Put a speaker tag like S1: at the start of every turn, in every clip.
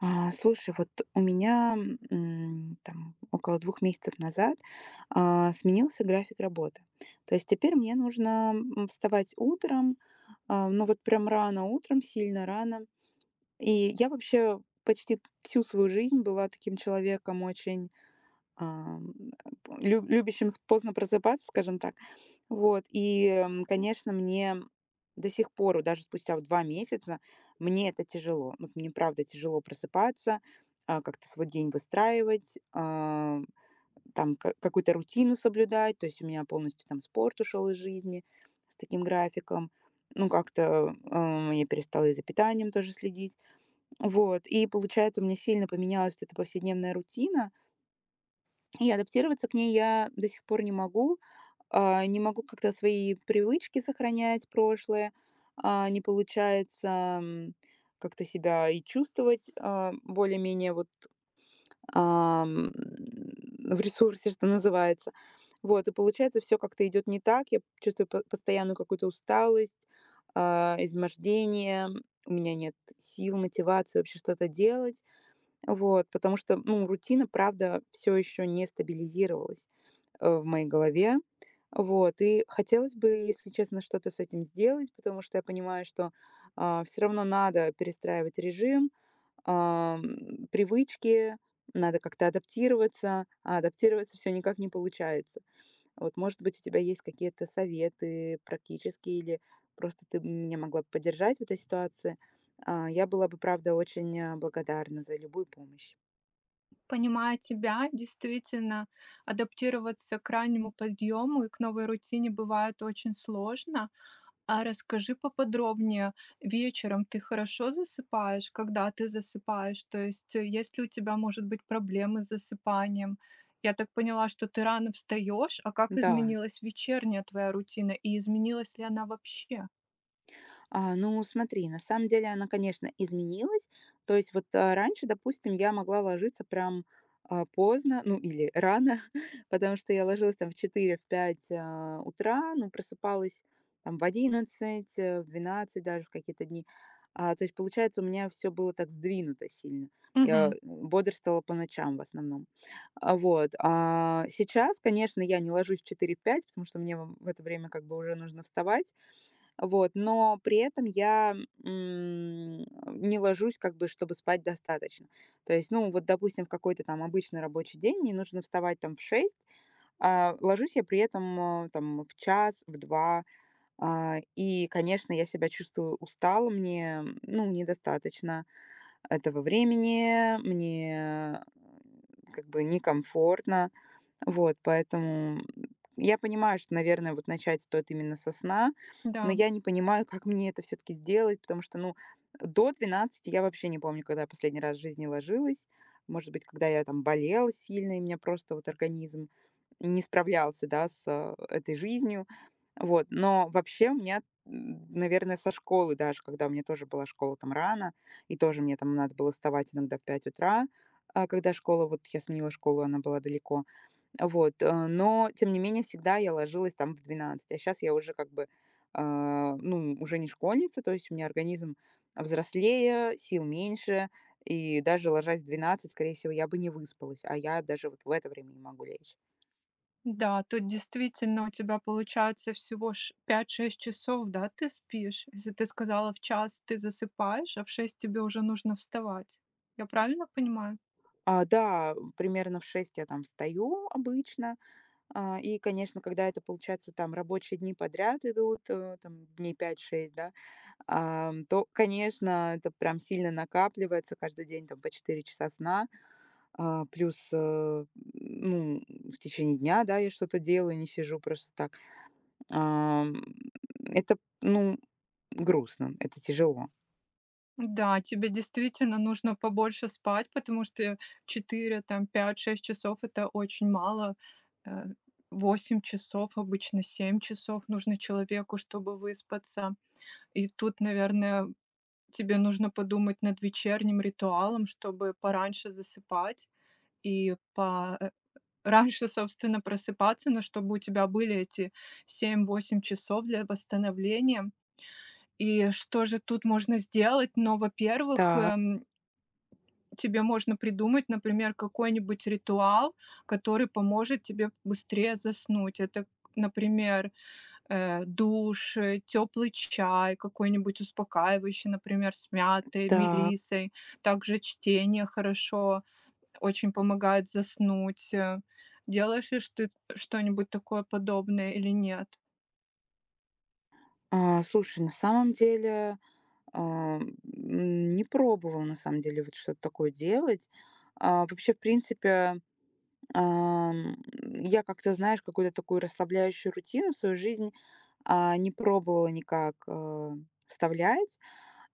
S1: Вот у меня, там около двух месяцев назад, сменился график работы. То есть теперь мне нужно, вставать утром, ну вот прям рано утром, сильно рано. И я вообще почти всю свою жизнь была таким человеком очень Ам, лю любящим с поздно просыпаться, скажем так. Вот, и, конечно, мне до сих пор, вот даже спустя вот 2 месяца, мне это тяжело. Вот мне правда тяжело просыпаться, как-то свой день выстраивать, а, там ка какую-то рутину соблюдать. То есть у меня полностью там спорт ушел из жизни с таким графиком. Ну, как-то, я перестала и за питанием тоже следить. Вот, и получается, у меня сильно поменялась вот эта повседневная рутина. И адаптироваться к ней я до сих пор не могу. Не могу как-то свои привычки сохранять прошлые. Не получается, как-то себя и чувствовать, более-менее вот, ам, в ресурсе, что называется. Вот, и получается, все как-то идет не так. Я чувствую по постоянную какую-то усталость, измождение. У меня нет сил, мотивации вообще что-то делать. Вот, потому что, ну, рутина, правда, все еще не стабилизировалась в моей голове. Вот, и хотелось бы, если честно, что-то с этим сделать, потому что я понимаю, что, все равно надо перестраивать режим, ам, привычки, надо как-то адаптироваться, а адаптироваться все никак не получается. Вот, может быть, у тебя есть какие-то советы практические или просто ты меня могла бы поддержать в этой ситуации. Я была бы, правда, очень, благодарна за любую помощь.
S2: Понимая тебя, действительно, адаптироваться к раннему подъему и к новой рутине бывает очень сложно. А расскажи поподробнее, вечером ты хорошо засыпаешь, когда ты засыпаешь? То есть, есть ли у тебя, может быть, проблемы с засыпанием? Я так поняла, что ты рано встаешь, а как
S1: Да.
S2: изменилась вечерняя твоя рутина и изменилась ли она вообще?
S1: Ну, смотри, на самом деле она, конечно, изменилась. То есть вот, раньше, допустим, я могла ложиться прям, поздно, ну, или рано, потому что я ложилась там в 4, в 5 утра, ну, просыпалась там в 11, в 12, даже в какие-то дни. То есть, получается, у меня все было так сдвинуто сильно. Я
S2: Мгм.
S1: бодрствовала по ночам в основном. Вот. Сейчас, конечно, я не ложусь в четыре-пять, потому что мне в это время как бы уже нужно вставать. Вот, но при этом я, м, не ложусь, как бы, чтобы спать достаточно. То есть, ну, вот, допустим, в какой-то там обычный рабочий день мне нужно вставать там в 6, ложусь я при этом, там в час, в 2, и, конечно, я себя чувствую устало, мне, ну, недостаточно этого времени, мне, как бы, некомфортно. Вот, поэтому я понимаю, что, наверное, вот начать стоит именно со сна, но
S2: Да.
S1: я не понимаю, как мне это все таки сделать, потому что, ну, до двенадцати я вообще не помню, когда я последний раз в жизни ложилась. Может быть, когда я там болела сильно, и у меня просто вот организм не справлялся, да, с, этой жизнью. Вот, но вообще у меня, наверное, со школы даже, когда у меня тоже была школа там рано, и тоже мне там надо было вставать иногда в 5 утра, когда школа, вот я сменила школу, она была далеко. Вот, но тем не менее всегда я ложилась там в 12. А сейчас я уже как бы, ну, уже не школьница, то есть у меня организм взрослее, сил меньше, и даже ложась в 12, скорее всего, я бы не выспалась, а я даже вот в это время не могу лечь.
S2: Да, тут действительно у тебя получается всего 5-6 часов, да, ты спишь. Если ты сказала в час ты засыпаешь, а в 6 тебе уже нужно вставать. Я правильно понимаю?
S1: Да, примерно в 6 я там встаю обычно, и, конечно, когда это получается там рабочие дни подряд идут, там дней пять-шесть, да, то, конечно, это прям сильно накапливается, каждый день там по 4 часа сна. А, плюс, э, ну, в течение дня, да, я что-то делаю, не сижу просто так. Ам, это, ну, грустно, это тяжело.
S2: Да, тебе действительно нужно побольше спать, потому что 4 там, 5-6 часов это очень мало. Э, 8 часов, обычно 7 часов нужно человеку, чтобы выспаться. И тут, наверное, тебе нужно подумать над вечерним ритуалом, чтобы пораньше засыпать. И раньше, собственно, просыпаться, но чтобы у тебя были эти 7-8 часов для восстановления. И что же тут можно сделать? Ну, во-первых,
S1: Так,
S2: тебе можно придумать, например, какой-нибудь ритуал, который поможет тебе быстрее заснуть. Это, например, душ, теплый чай, какой-нибудь успокаивающий, например, с мятой,
S1: так.
S2: мелиссой, также чтение хорошо. Очень помогает заснуть. Делаешь ли ж ты что-нибудь такое подобное или нет?
S1: На самом деле, а, м, не пробовала, на самом деле, вот что-то такое делать. Вообще, в принципе, я как-то, знаешь, какую-то такую расслабляющую рутину в свою жизнь не пробовала никак вставлять.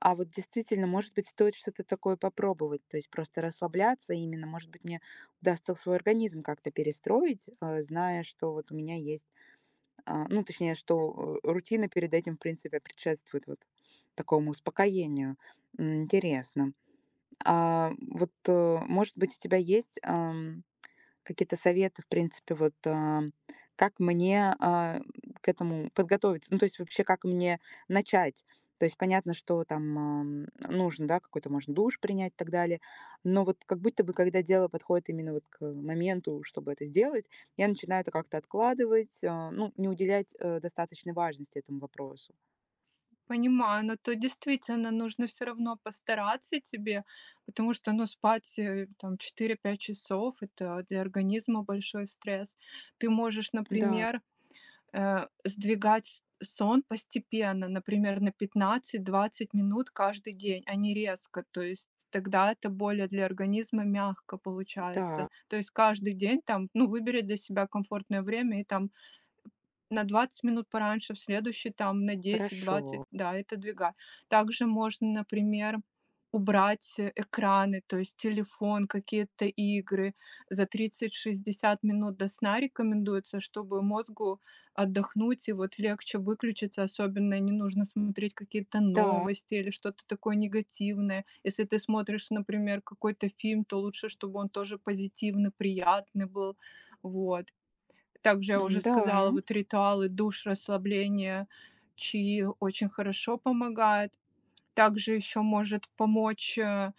S1: А вот действительно, может быть, стоит что-то такое попробовать, то есть просто расслабляться именно. Может быть, мне удастся свой организм как-то перестроить, зная, что вот у меня есть, ну, точнее, что рутина перед этим, в принципе, предшествует вот такому успокоению. Интересно. А вот, может быть, у тебя есть какие-то советы, в принципе, вот, как мне, к этому подготовиться? Ну, то есть вообще, как мне начать? То есть понятно, что там, нужно, да, какой-то, можно, душ принять и так далее. Но вот как будто бы, когда дело подходит именно вот к моменту, чтобы это сделать, я начинаю это как-то откладывать, ну, не уделять, достаточной важности этому вопросу.
S2: Понимаю, но то действительно нужно все равно постараться тебе, потому что, ну, спать, там четыре пять часов- это для организма большой стресс. Ты можешь,
S1: Да,
S2: например, сдвигать сон постепенно, например, на 15-20 минут каждый день, а не резко. То есть тогда это более для организма мягко
S1: да,
S2: получается. То есть каждый день там, ну, выбери для себя комфортное время и там на 20 минут пораньше, в следующий там на десять двадцать
S1: хорошо.
S2: да, это двигать. Также можно, например, убрать экраны, то есть телефон, какие-то игры. За 30-60 минут до сна рекомендуется, чтобы мозгу отдохнуть и вот легче выключиться, особенно не нужно смотреть какие-то
S1: Так,
S2: новости или что-то такое негативное. Если ты смотришь, например, какой-то фильм, то лучше, чтобы он тоже позитивный, приятный был. Вот. Также я уже
S1: да,
S2: сказала, вот ритуалы душ, расслабления, чаи очень хорошо помогает. Также еще может помочь, э,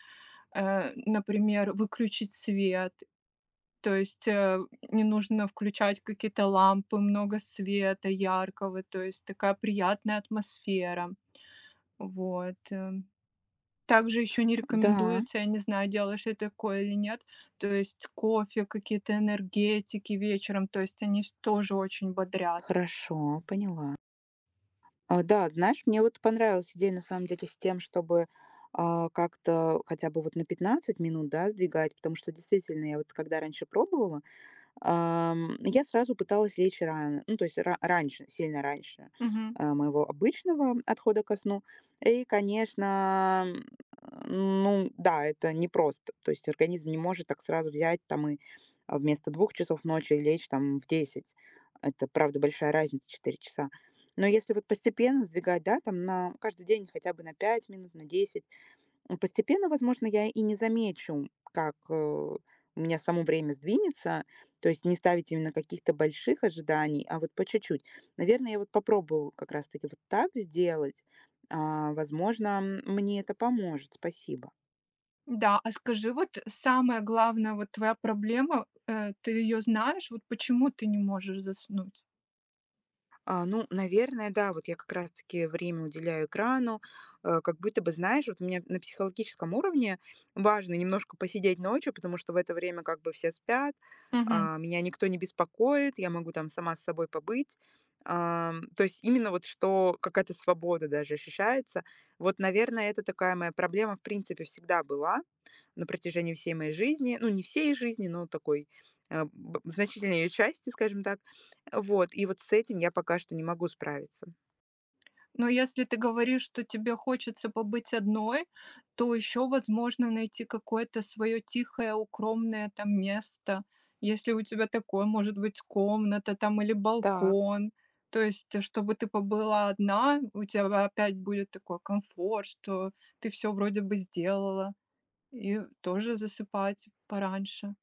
S2: э, например, выключить свет. То есть не нужно включать какие-то лампы, много света яркого, то есть такая приятная атмосфера. Вот. Также еще не
S1: да,
S2: рекомендуется, я не знаю, делаешь ли ты такое или нет, то есть кофе, какие-то энергетики вечером, то есть они тоже очень бодрят.
S1: хорошо, поняла. Да, знаешь, мне вот понравилась идея на самом деле с тем, чтобы, как-то хотя бы вот на 15 минут, да, сдвигать, потому что действительно я вот когда раньше пробовала, я сразу пыталась лечь рано, ну, то есть ра раньше, сильно раньше,
S2: Мгм.
S1: моего обычного отхода ко сну. И, конечно, ну да, это непросто. То есть организм не может так сразу взять там и, вместо двух часов ночи лечь там в 10. Это, правда, большая разница, 4 часа. Но если вот постепенно сдвигать, да, там на каждый день хотя бы на 5 минут, на 10. Постепенно, возможно, я и не замечу, как, у меня само время сдвинется. То есть не ставить именно каких-то больших ожиданий, а вот по чуть-чуть. Наверное, я вот попробую как раз таки вот так сделать. Возможно, мне это поможет. Спасибо.
S2: Да, а скажи, вот самая главная вот твоя проблема, ты ее знаешь, вот почему ты не можешь заснуть?
S1: Ну, наверное, да, вот я как раз-таки время уделяю экрану, как будто бы, знаешь, вот у меня на психологическом уровне важно немножко посидеть ночью, потому что в это время как бы все спят,
S2: Мгм.
S1: меня никто не беспокоит, я могу там сама с собой побыть. То есть именно вот что какая-то свобода даже ощущается. Вот, наверное, это такая моя проблема, в принципе, всегда была на протяжении всей моей жизни, ну, не всей жизни, но такой значительной ее части, скажем так. Вот, и вот с этим я пока что не могу справиться.
S2: Но если ты говоришь, что тебе хочется побыть одной, то еще возможно найти какое-то свое тихое, укромное там место. Если у тебя такое, может быть, комната там или
S1: Так,
S2: балкон. То есть, чтобы ты побыла одна, у тебя опять будет такой комфорт, что ты все вроде бы сделала, и тоже засыпать пораньше.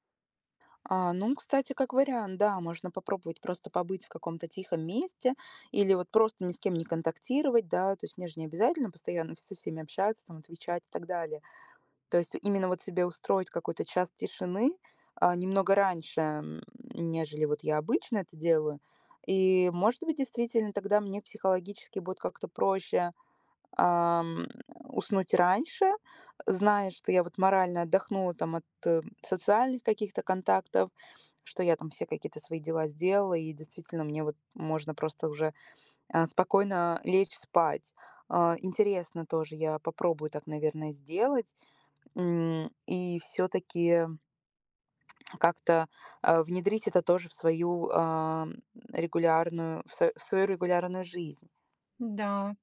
S1: ну, кстати, как вариант, да, можно попробовать просто побыть в каком-то тихом месте или вот просто ни с кем не контактировать, да, то есть мне же не обязательно постоянно со всеми общаться, там, отвечать и так далее. То есть именно вот себе устроить какой-то час тишины, немного раньше, нежели вот я обычно это делаю. И, может быть, действительно, тогда мне психологически будет как-то проще, ам, уснуть раньше, зная, что я вот морально отдохнула там от, социальных каких-то контактов, что я там все какие-то свои дела сделала, и действительно мне вот можно просто уже, спокойно лечь спать. Интересно тоже, я попробую так, наверное, сделать. И все таки как-то, внедрить это тоже в свою, регулярную в свою регулярную жизнь.
S2: Да,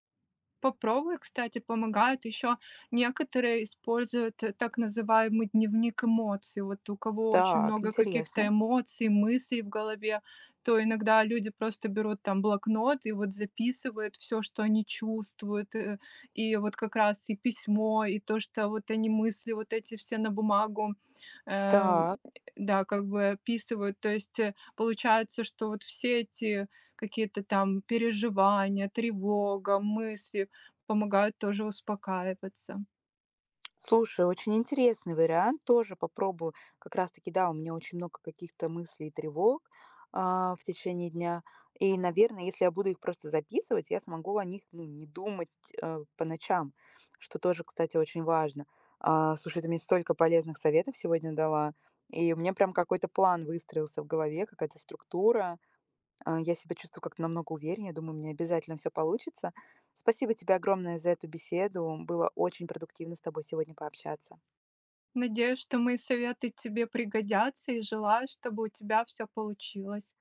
S2: попробуй, кстати, помогают еще некоторые используют, так называемый дневник эмоций. Вот у кого очень
S1: Так,
S2: много каких-то
S1: интересно.
S2: эмоций, мыслей в голове, то иногда люди просто берут там блокнот и вот записывают все, что они чувствуют. И вот как раз и письмо, и то, что вот они мысли, вот эти все на бумагу, э,
S1: Так.
S2: да, как бы описывают. То есть получается, что вот все эти какие-то там переживания, тревога, мысли, помогают тоже успокаиваться.
S1: Слушай, очень интересный вариант, тоже попробую. Как раз-таки, да, у меня очень много каких-то мыслей и тревог в течение дня. И, наверное, если я буду их просто записывать, я смогу о них ну, не думать по ночам, что тоже, кстати, очень важно. Слушай, ты мне столько полезных советов сегодня дала, и у меня прям какой-то план выстроился в голове, какая-то структура. Я себя чувствую как-то намного увереннее. Думаю, мне обязательно все получится. Спасибо тебе огромное за эту беседу. Было очень продуктивно с тобой сегодня пообщаться.
S2: Надеюсь, что мои советы тебе пригодятся и желаю, чтобы у тебя все получилось.